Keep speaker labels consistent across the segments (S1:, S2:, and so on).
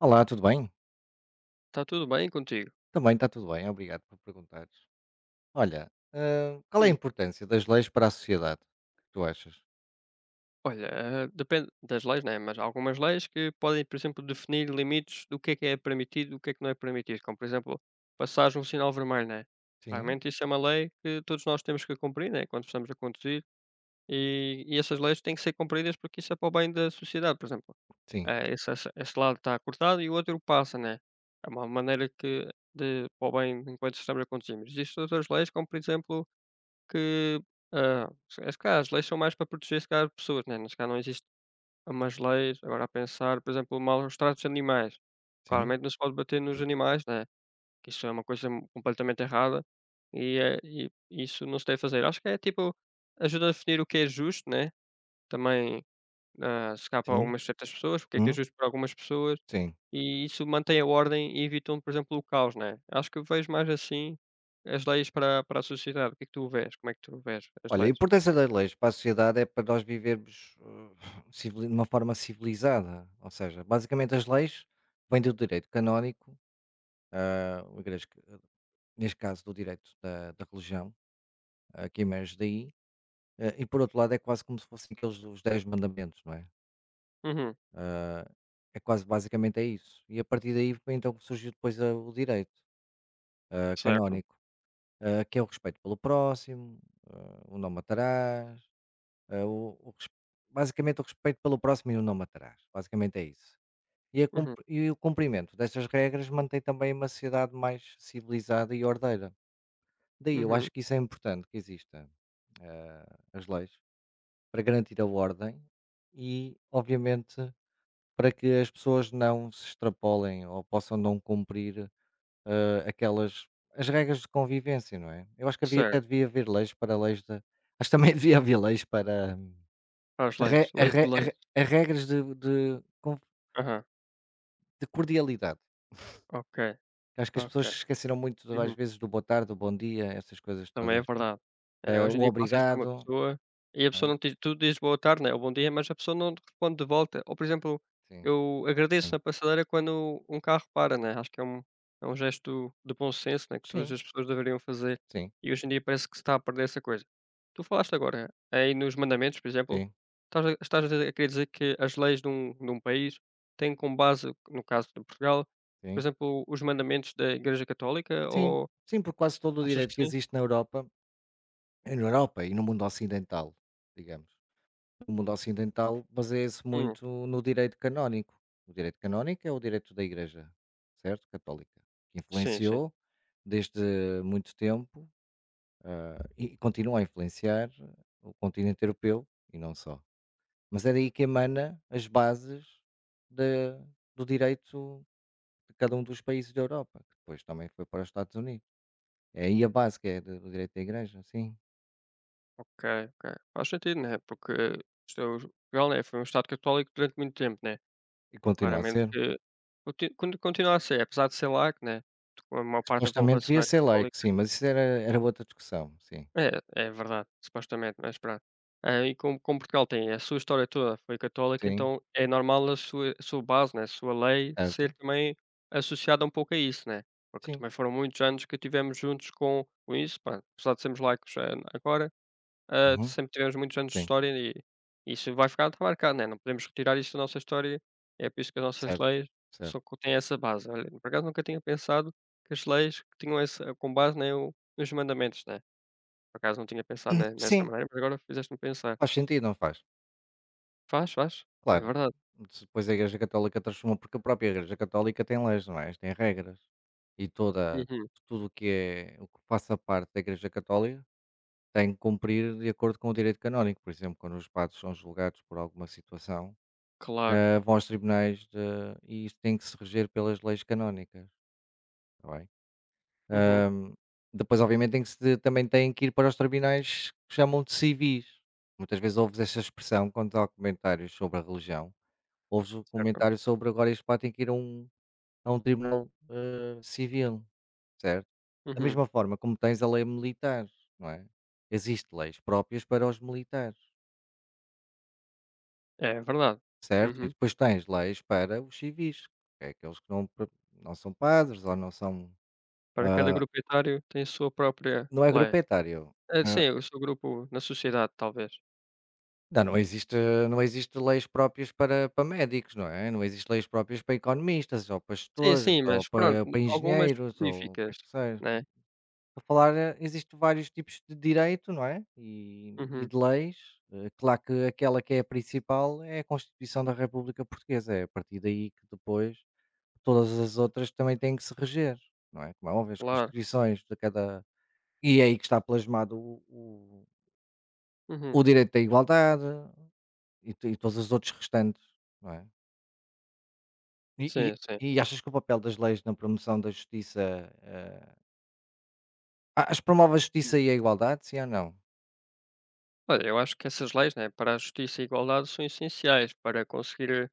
S1: Olá, tudo bem?
S2: Está tudo bem contigo?
S1: Também está tudo bem, obrigado por perguntares. Olha, qual é a
S2: Hum,
S1: importância das leis para a sociedade? Que tu achas?
S2: Depende das leis, né, mas há algumas leis que podem, por exemplo, definir limites do que é permitido e o que é que não é permitido, como, por exemplo, passares um sinal vermelho, né?
S1: Sim,
S2: Realmente isso é uma lei que todos nós temos que cumprir, né, quando estamos a conduzir, e essas leis têm que ser cumpridas porque isso é para o bem da sociedade, por exemplo.
S1: sim,
S2: Esse lado está cortado e o outro passa, né? É uma maneira que de, para o bem enquanto estamos a conduzir. Mas existem outras leis, como, por exemplo, Que, se se calhar as leis são mais para proteger se calhar pessoas, né, se calhar não existe umas leis, agora a pensar, por exemplo, maus tratos de animais.
S1: sim,
S2: Claramente não se pode bater nos animais, né, que isso é uma completamente errada e, e isso não se deve fazer. Acho que é tipo, ajuda a definir o que é justo, né, também, se calhar para
S1: sim,
S2: algumas certas pessoas, porque é que é
S1: hum,
S2: justo para algumas pessoas,
S1: sim.
S2: e isso mantém a ordem e evitam, por exemplo, o caos, né. Acho que eu vejo mais assim as leis para a sociedade. O que é que tu vês? Como é que tu vês as
S1: Olha, a
S2: leis?
S1: importância das leis para a sociedade é para nós vivermos, de uma forma civilizada. Ou seja, basicamente as leis vêm do direito canónico, ah, o igreja- neste caso do direito da religião, que emerge daí, e por outro lado é quase como se fossem aqueles os dez mandamentos, não é?
S2: Uhum.
S1: É quase, basicamente é isso. E a partir daí foi então que surgiu depois a o direito,
S2: Certo.
S1: canónico, que é o respeito pelo próximo, o não matarás, o res basicamente o respeito pelo próximo e o não matarás, basicamente é isso. E a
S2: Uhum,
S1: cumpri e o cumprimento destas regras mantém também uma sociedade mais civilizada e ordeira. Daí eu
S2: uhum.
S1: acho que isso é importante que exista, as leis, para garantir a ordem e, obviamente, para que as pessoas não se extrapolem ou possam não cumprir, aquelas as regras de convivência, não é? Eu acho que havia, até
S2: Certo.
S1: devia haver leis para leis de acho que também devia haver leis para,
S2: As leis.
S1: re a
S2: Leis de
S1: re a
S2: leis.
S1: re a regras de de con
S2: Aham.
S1: de cordialidade.
S2: Ok,
S1: Acho que as
S2: ok.
S1: pessoas se esqueceram muito às
S2: Uhum.
S1: vezes do boa tarde, do bom dia, essas coisas
S2: Também é
S1: todas.
S2: verdade. É, hoje
S1: O
S2: em dia passas por uma
S1: obrigado,
S2: pessoa e a
S1: não
S2: pessoa
S1: é?
S2: não te diz, tu dizes boa tarde, né, ou bom dia, mas a pessoa não te responde de volta. Ou, por exemplo,
S1: Sim,
S2: eu agradeço
S1: sim.
S2: na passadeira quando um carro para, né, acho que é um gesto de bom senso, né, que todas
S1: Sim,
S2: as pessoas deveriam fazer
S1: sim,
S2: e hoje em dia parece que se está a perder essa coisa. Tu falaste agora aí nos mandamentos, por exemplo,
S1: sim,
S2: estás a dizer, a querer dizer que as leis de um país têm como base, no caso de Portugal, por
S1: sim.
S2: exemplo, os mandamentos da Igreja Católica,
S1: Sim,
S2: ou
S1: sim, por quase todo o
S2: achas que
S1: direito que
S2: sim?
S1: existe na Europa. É na Europa e no mundo ocidental, digamos. No mundo ocidental baseia-se
S2: Hum,
S1: muito no direito canónico. O direito canónico é o direito da Igreja, certo? Católica, que
S2: sim, sim.
S1: influenciou desde muito tempo e continua a influenciar o continente europeu e não só. Mas é daí que emana as bases da- do direito de cada um dos países da Europa, que depois também foi para os Estados Unidos. É aí a base que é do direito da Igreja, sim.
S2: Ok, ok. Faz sentido, né? Porque isto é o Portugal, né? Foi um Estado católico durante muito tempo, né?
S1: E
S2: E
S1: continua a
S2: claramente
S1: ser.
S2: que continua a ser, apesar de ser laico, né? A maior parte da
S1: Supostamente
S2: população
S1: devia
S2: é
S1: ser laico,
S2: católica.
S1: sim, mas isso era outra discussão. Sim,
S2: É, é verdade, supostamente, mas pronto. E como, como Portugal tem a sua história toda foi católica,
S1: sim,
S2: então é normal a sua base, né? A sua lei ser
S1: certo.
S2: também associada um pouco a isso, né? Porque
S1: Sim,
S2: também foram muitos anos que tivemos juntos com isso, pá, apesar de sermos laicos agora.
S1: uhum,
S2: Sempre tivemos muitos anos de
S1: sim,
S2: história e isso vai ficar marcado, né, não podemos retirar isso da nossa história, é por isso que as nossas
S1: certo,
S2: leis
S1: certo.
S2: só co têm essa base. Olha, por acaso nunca tinha pensado que as leis tinham essa com base, né, o nos mandamentos, né. Por acaso não tinha pensado ne nessa
S1: Sim,
S2: maneira, mas agora fizeste-me pensar.
S1: faz sentido, não faz?
S2: Faz, faz, é
S1: Claro.
S2: verdade.
S1: Se Depois a Igreja Católica transformou, porque a própria Igreja Católica tem leis, não é? Tem regras. E toda
S2: Uhum,
S1: tudo o que é, o que faça parte da Igreja Católica tem que cumprir de acordo com o direito canónico. Por exemplo, quando os padres são julgados por alguma situação,
S2: claro.
S1: vão aos tribunais de e isso tem que se reger pelas leis canónicas, está bem?
S2: Uhum,
S1: Ahm, Depois, obviamente, tem que se também têm que ir para os tribunais que chamam de civis. Muitas vezes ouves essa expressão quando há comentários sobre a religião, ouves o
S2: certo.
S1: comentário sobre agora este pá tem que ir a um, tribunal, civil, certo? Da
S2: Uhum,
S1: mesma forma como tens a lei militar, não é? Existem leis próprias para os militares,
S2: é verdade.
S1: certo? E
S2: Uhum.
S1: depois tens leis para os civis, que é aqueles que não, não são padres ou não são.
S2: Para cada
S1: ah,
S2: grupo etário tem a sua própria
S1: não é
S2: lei.
S1: grupo etário.
S2: Sim, o seu grupo na sociedade, talvez.
S1: Não, não existe, não existe leis próprias para, médicos, não é? Não existe leis próprias para economistas, ou para
S2: Sim,
S1: gestores,
S2: sim,
S1: ou
S2: mas pronto,
S1: para
S2: algumas
S1: engenheiros, ou o que é
S2: específicas,
S1: que seja.
S2: né.
S1: Para falar, existem vários tipos de direito, não é? E
S2: Uhum,
S1: de leis. Claro que aquela que é a principal é a Constituição da República Portuguesa. É a partir daí que depois todas as outras também têm que se reger, não é? Como é óbvio, as
S2: claro.
S1: Constituições de cada... E é aí que está plasmado o, o
S2: Uhum.
S1: o direito à igualdade, e to e todos os outros restantes, não é? E e
S2: Sim, sim.
S1: e achas que o papel das leis na promoção da justiça, achas que promove a justiça e a igualdade, sim ou não?
S2: Olha, eu acho que essas leis, né, para a justiça e a igualdade são essenciais para conseguir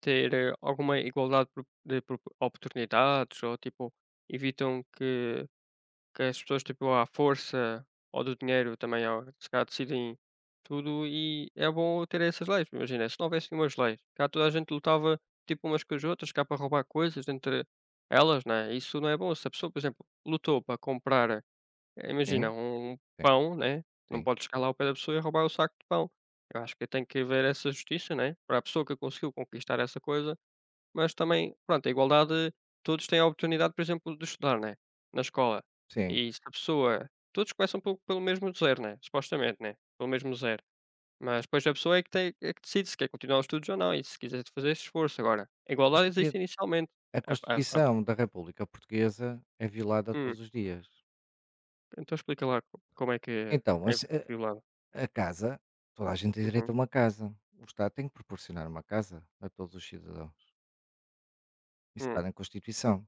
S2: ter alguma igualdade pro de pro oportunidades, ou, tipo, evitam que as pessoas, tipo, à força ou do dinheiro também ao se calhar decidem tudo, e é bom ter essas leis. Imagina, se não houvessem umas leis, cá toda a gente lutava, tipo, umas com as outras, cá para roubar coisas entre elas, né, isso não é bom. Se a pessoa, por exemplo, lutou para comprar, imagina,
S1: Sim?
S2: um
S1: Sim,
S2: pão, né, não
S1: sim,
S2: pode chegar lá ao pé da pessoa e roubar o saco de pão. Eu acho que tem que haver essa justiça, né, para a pessoa que conseguiu conquistar essa coisa, mas também, pronto, a igualdade, todos têm a oportunidade, por exemplo, de estudar, né, na escola.
S1: sim.
S2: E se a pessoa, todos começam pelo mesmo 0, né, supostamente, né, pelo mesmo 0. Mas depois a pessoa é que tem, é que decide se quer continuar os estudos ou não e se quiser fazer esse esforço. Agora, a
S1: A
S2: igualdade
S1: constitui
S2: existe inicialmente.
S1: a
S2: A
S1: Constituição da República Portuguesa é violada
S2: hum,
S1: todos os dias.
S2: então explica lá co como é que é
S1: Então, mas
S2: é violada.
S1: a casa toda a gente tem
S2: Uhum,
S1: direito a uma casa. O Estado tem que proporcionar uma casa a todos os cidadãos. Isso
S2: hum,
S1: está na Constituição.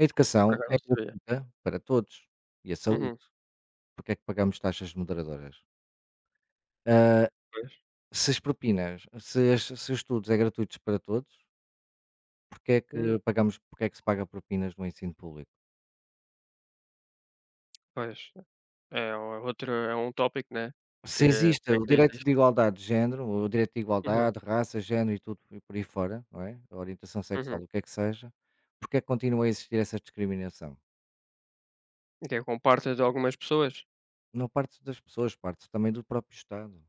S1: A
S2: por
S1: educação
S2: acaso
S1: é
S2: não sabia.
S1: gratuita para todos e a saúde.
S2: Uhum,
S1: Porque é que pagamos taxas moderadoras? Ah,
S2: pois,
S1: Se as propinas se as se os estudos é gratuitos para todos, porque é que
S2: hum,
S1: se paga propinas no ensino público?
S2: pois. É outro, é um tópico, né, que
S1: Se existe
S2: é
S1: o
S2: que
S1: direito
S2: existe.
S1: de igualdade de género, o direito de
S2: Uhum,
S1: igualdade, raça, género e tudo e por aí fora, não é? A orientação
S2: uhum.
S1: sexual, o que é que seja, porque é que continua a existir essa discriminação?
S2: Que é com partes de algumas pessoas?
S1: Não parte das pessoas, parte também do próprio Estado.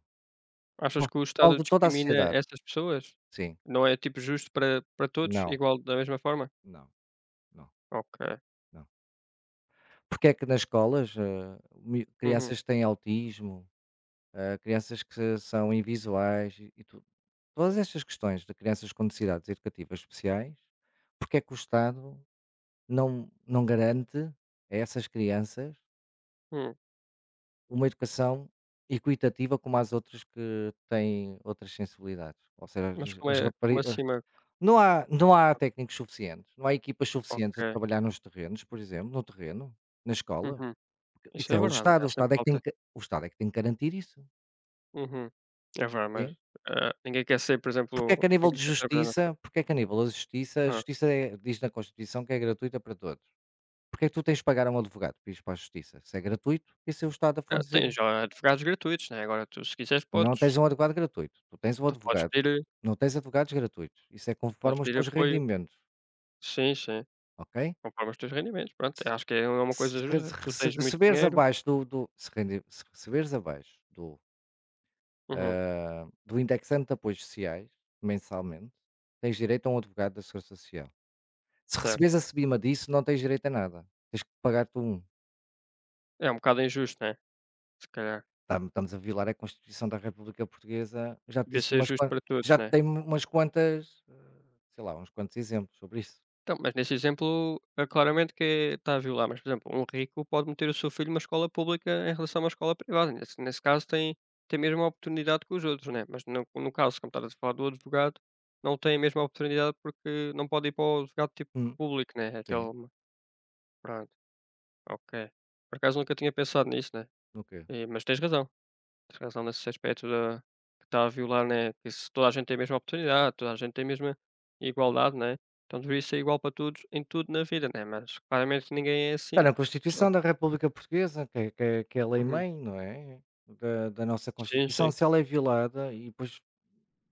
S1: Fa
S2: Achas que o
S1: Falo
S2: Estado
S1: de toda a
S2: discrimina
S1: sociedade.
S2: essas pessoas?
S1: Sim.
S2: Não é, tipo, justo para todos,
S1: Não,
S2: igual da mesma forma?
S1: não, não,
S2: Ok.
S1: não. Porque é que nas escolas, mi
S2: Uhum,
S1: crianças têm autismo, crianças que são invisuais e tudo. Todas estas questões de crianças com necessidades educativas especiais, porque é que o Estado não garante a essas crianças
S2: hum.
S1: uma educação equitativa como às outras que têm outras sensibilidades? Ou seja,
S2: Mas
S1: as,
S2: como é
S1: as
S2: como
S1: raparigas.
S2: acima
S1: Não há, não há técnicos suficientes, não há equipas suficientes a
S2: ok.
S1: trabalhar nos terrenos, por exemplo, no terreno, na escola.
S2: Uhum. Isso
S1: Isso
S2: é
S1: é
S2: verdade, né,
S1: O
S2: há sempre
S1: Estado é que tem
S2: falta
S1: que, o Estado é que tem que garantir isso.
S2: uhum. É verdade, mas, ninguém quer ser, por exemplo, ninguém quer trabalhar nas co
S1: Porque é que a nível da justiça, a
S2: hã.
S1: justiça diz na Constituição que é gratuita para todos. Porque é que tu tens de pagar a um advogado para ires para a justiça? Se é gratuito e se é o Estado a fornecer,
S2: Tem já advogados gratuitos, né, agora tu se quiseres
S1: não
S2: podes,
S1: tens um advogado gratuito, tu tens um
S2: tu podes
S1: advogado.
S2: pedir
S1: Não tens advogados gratuitos, isso é
S2: tu podes
S1: conforme os
S2: pedir
S1: teus
S2: apoio.
S1: rendimentos,
S2: Sim, sim,
S1: ok?
S2: conforme os teus rendimentos, pronto. Eu acho que é uma
S1: Se
S2: coisa
S1: re
S2: justa,
S1: se re-
S2: tu
S1: se
S2: tens muito
S1: receberes
S2: dinheiro
S1: abaixo do,
S2: uhum,
S1: do indexante de apoios sociais, mensalmente, tens direito a um advogado da Segurança Social. Se
S2: certo.
S1: receberes acima disso, não tens direito a nada. Tens que pagar tu um.
S2: É um bocado injusto, né, se calhar.
S1: Estamos a violar a Constituição da República Portuguesa. Já te
S2: Devia
S1: disse
S2: ser
S1: umas
S2: justo
S1: quan
S2: para todos,
S1: já
S2: né.
S1: te umas quantas, sei lá, uns quantos exemplos sobre isso.
S2: Então, mas nesse exemplo, é claramente que é está a violar, mas, por exemplo, um rico pode meter o seu filho numa escola pública em relação a uma escola privada, nesse caso tem, tem a mesma oportunidade que os outros, né, mas no caso, como estavas a falar do advogado, não tem a mesma oportunidade porque não pode ir para o advogado, tipo,
S1: Hum,
S2: público, né. É aquele,
S1: sim,
S2: pronto, ok. Por acaso nunca tinha pensado nisso, né,
S1: ok.
S2: mas tens razão. Tens razão nesse aspecto da que está a violar, né, que se toda a gente tem a mesma oportunidade, toda a gente tem a mesma igualdade, né, então deveria ser igual para todos em tudo na vida, né, mas claramente ninguém é
S1: Está
S2: assim
S1: na
S2: porque as pessoas
S1: Constituição da República Portuguesa, que é a
S2: Uhum.
S1: lei-mãe, não é, da nossa
S2: Sim,
S1: Constituição.
S2: sim,
S1: Se ela é violada, e depois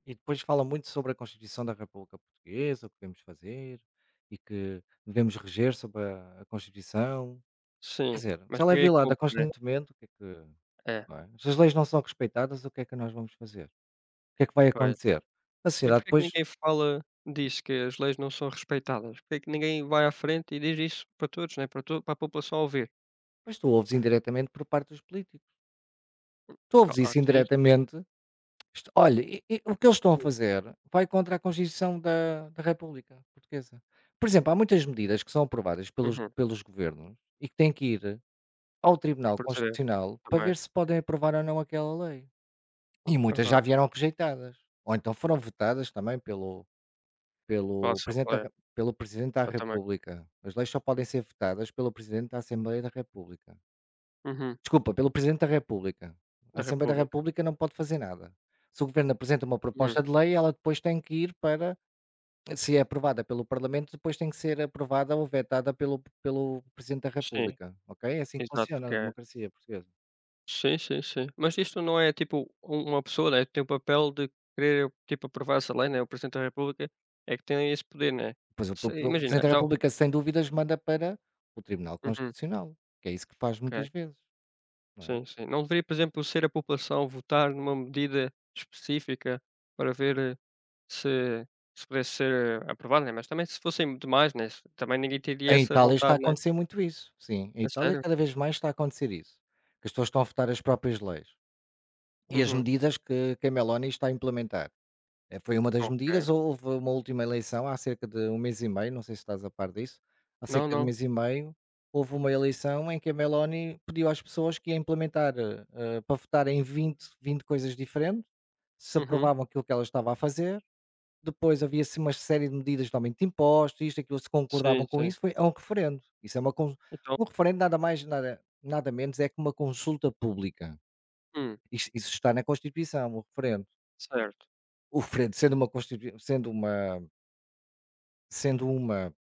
S1: fala muito sobre a Constituição da República Portuguesa, o que devemos fazer e que devemos reger sobre a Constituição. Quer
S2: sim,
S1: dizer, se
S2: mas
S1: ela é
S2: ninguém
S1: violada
S2: cumpre, né.
S1: constantemente, o que é que,
S2: É,
S1: não é? Se as leis não são respeitadas, o que é que nós vamos fazer? O que é que vai
S2: pois.
S1: acontecer? A
S2: E
S1: sociedade
S2: porquê que
S1: depois,
S2: ninguém fala disso, que as leis não são respeitadas? Porquê que ninguém vai à frente e diz isso para todos, né, para a população ouvir?
S1: tu ouves indiretamente por parte dos políticos. Tu ouves isso
S2: Sim, sim.
S1: indiretamente. Olha, e o que eles estão a fazer vai contra a Constituição da República Portuguesa. Por exemplo, há muitas medidas que são aprovadas pelos,
S2: Uhum.
S1: pelos governos e que têm que ir ao
S2: A
S1: Tribunal
S2: portaria
S1: Constitucional para
S2: Também.
S1: ver se podem aprovar ou não aquela lei. E muitas
S2: Aham.
S1: já vieram rejeitadas. Ou então foram votadas também pelo,
S2: Para a
S1: Pelo Presidente da
S2: Assembleia,
S1: Re pelo Presidente da
S2: exatamente.
S1: República. As leis só podem ser votadas pelo Presidente da Assembleia da República.
S2: Uhum.
S1: Desculpa, pelo Presidente da República. A
S2: Da
S1: Assembleia da
S2: República.
S1: República não pode fazer nada. Se o Governo apresenta uma
S2: Uhum.
S1: proposta de lei, ela depois tem que ir para se é aprovada pelo Parlamento, depois tem que ser aprovada ou vetada pelo Presidente da
S2: Sim,
S1: República, ok? É assim que
S2: exato,
S1: funciona
S2: porque
S1: a
S2: é
S1: democracia portuguesa.
S2: sim, sim, sim. Mas isto não é tipo uma pessoa, né, tem o papel de querer, tipo, aprovar essa lei, né, o Presidente da República é que tem esse poder, né.
S1: Pois o pro
S2: Se
S1: o
S2: imagina,
S1: Presidente da
S2: já o
S1: República, sem dúvidas, manda para o Tribunal
S2: uhum,
S1: Constitucional, que é isso que faz
S2: ok.
S1: muitas vezes, não é?
S2: Sim, sim. Não deveria, por exemplo, ser a população votar numa medida específica para ver se se pudesse ser aprovado, né, mas também se fossem demais, né, se também ninguém teria
S1: Em
S2: essa
S1: Itália está a
S2: vontade, né.
S1: acontecer muito isso, sim. Em
S2: A
S1: Itália,
S2: sério?
S1: cada vez mais está a acontecer isso, que as pessoas estão a votar as próprias leis e as
S2: Uhum,
S1: medidas que a Meloni está a implementar. Foi uma das medidas,
S2: ok.
S1: houve uma última eleição há cerca de um mês e meio, não sei se estás a par disso, há
S2: Não,
S1: cerca de um
S2: não.
S1: mês e meio houve uma eleição em que a Meloni pediu às pessoas, que ia implementar, para votarem em 20, 20 coisas diferentes, se
S2: Uhum.
S1: aprovavam aquilo que ela estava a fazer. Depois havia-se uma série de medidas de aumento de impostos, isto, aquilo, se
S2: Sim,
S1: concordavam com
S2: sim.
S1: isso, foi a um referendo. Isso é uma cons
S2: Então
S1: um referendo, nada mais, nada menos, é que uma consulta pública.
S2: hum,
S1: Isso está na Constituição, o referendo.
S2: certo.
S1: O referendo, sendo uma constitui sendo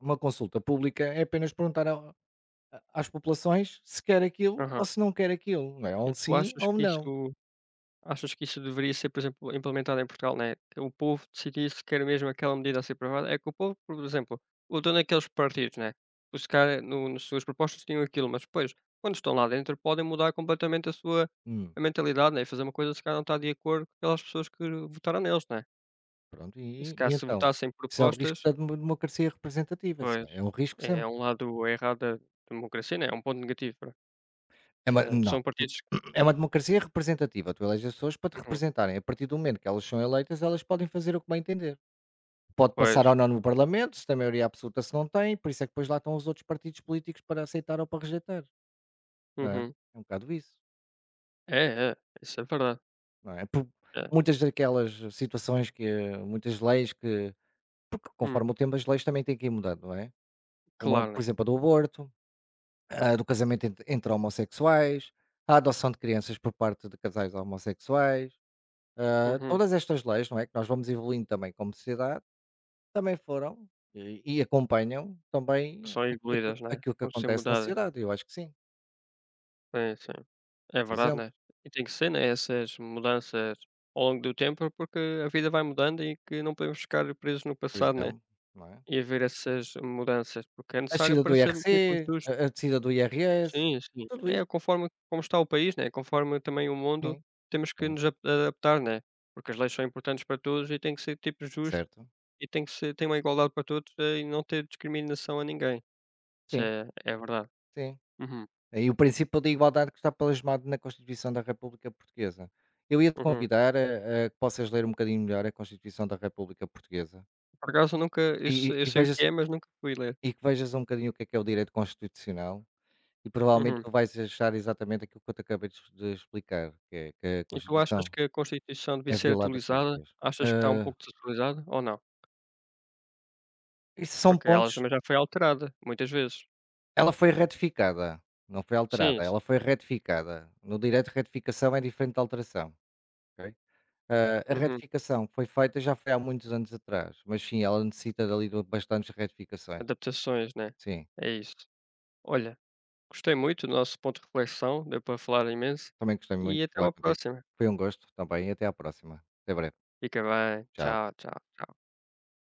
S1: uma consulta pública, é apenas perguntar ao a às populações se quer aquilo ou
S2: Aham.
S1: se não quer aquilo, não é?
S2: E
S1: Ou
S2: tu
S1: sim
S2: achas
S1: ou um
S2: que
S1: não.
S2: isso deveria ser, por exemplo, implementado em Portugal, né, que o povo decidisse se quer mesmo aquela medida a ser aprovada? É que o povo, por exemplo, votou naqueles partidos, né, os caras no nas suas propostas tinham aquilo, mas depois, quando estão lá dentro, podem mudar completamente a sua
S1: Hum,
S2: a mentalidade, né, e fazer uma coisa se calhar não está de acordo com aquelas pessoas que votaram neles, né.
S1: pronto,
S2: E
S1: e
S2: se
S1: e
S2: calhar se
S1: então?
S2: votassem
S1: Isso é o risco
S2: propostas
S1: da democracia representativa, isso
S2: pois,
S1: é um risco sempre.
S2: é um lado errado da democracia, né, é um ponto negativo, pronto,
S1: É
S2: que
S1: uma
S2: é
S1: Não.
S2: são partidos
S1: É uma democracia representativa. Tu eleges as pessoas para te
S2: uhum,
S1: representarem. A partir do momento que elas são eleitas, elas podem fazer o que bem entender. Pode passar ou
S2: pois,
S1: não no Parlamento, se tem maioria absoluta, se não tem. Por isso é que depois lá estão os outros partidos políticos para aceitar ou para rejeitar. Não é?
S2: uhum.
S1: É um bocado isso.
S2: É, é, isso é verdade.
S1: Não é? Por
S2: É.
S1: muitas daquelas situações que. Muitas leis que. Porque
S2: Hum,
S1: conforme o tempo, as leis também têm que ir mudando, não é? Como, por
S2: claro.
S1: exemplo, a do aborto, a do casamento entre homossexuais, a adoção de crianças por parte de casais homossexuais.
S2: Uhum.
S1: Todas estas leis, não é, que nós vamos evoluindo também como sociedade, também foram e acompanham também
S2: São
S1: aqui aquilo
S2: evoluídas, né?
S1: aquilo que
S2: Ou ser
S1: acontece na
S2: mudadas.
S1: sociedade, eu acho que sim.
S2: Sim, sim. É
S1: Por
S2: verdade,
S1: exemplo
S2: né? E tem que ser, né? Essas mudanças ao longo do tempo, porque a vida vai mudando e que não podemos ficar presos no
S1: por
S2: passado, né?
S1: exemplo, não é?
S2: E haver essas mudanças, porque é
S1: A
S2: necessário
S1: descida do
S2: para ser um
S1: IRC,
S2: tipo justo.
S1: a descida do IRS,
S2: Sim, sim.
S1: tudo
S2: É
S1: isso,
S2: conforme como está o país, né? Conforme também o mundo,
S1: sim,
S2: temos que
S1: sim,
S2: nos adaptar, né? Porque as leis são importantes para todos e tem que ser tipo justo
S1: certo.
S2: e tem que ser tem uma igualdade para todos e não ter discriminação a ninguém. Isso
S1: Sim,
S2: é é verdade.
S1: sim.
S2: Uhum,
S1: E o princípio da igualdade que está plasmado na Constituição da República Portuguesa. Eu ia-te
S2: uhum.
S1: convidar a que possas ler um bocadinho melhor a Constituição da República Portuguesa,
S2: Por acaso nunca eu
S1: e
S2: se
S1: e
S2: eu
S1: e
S2: sei o que
S1: vejas
S2: é, mas nunca fui ler.
S1: E que vejas um bocadinho o que é o direito constitucional, e provavelmente
S2: Uhum.
S1: tu vais achar exatamente aquilo que eu te acabei de explicar, que é que a
S2: E tu achas
S1: Constituição
S2: que a Constituição devia
S1: é
S2: ser
S1: violada todos os
S2: atualizada?
S1: dias.
S2: Achas que está um
S1: Hã,
S2: pouco desatualizada ou não?
S1: isso são
S2: Porque ela
S1: pontos.
S2: também já foi alterada muitas vezes.
S1: Ela foi retificada, não foi
S2: Sim,
S1: alterada,
S2: isso.
S1: ela foi retificada. No direito, retificação é diferente de alteração, ok? A
S2: Uhum.
S1: retificação foi feita, já foi há muitos anos atrás, mas sim, ela necessita dali de bastantes retificações.
S2: Adaptações, né?
S1: Sim,
S2: É isso. Olha, gostei muito do nosso ponto de reflexão, deu para falar imenso,
S1: também gostei muito
S2: e
S1: de
S2: até
S1: falar
S2: uma
S1: contigo.
S2: próxima.
S1: Foi um gosto também e até à próxima. Até breve.
S2: Fica bem.
S1: Tchau.
S2: Tchau, tchau, tchau.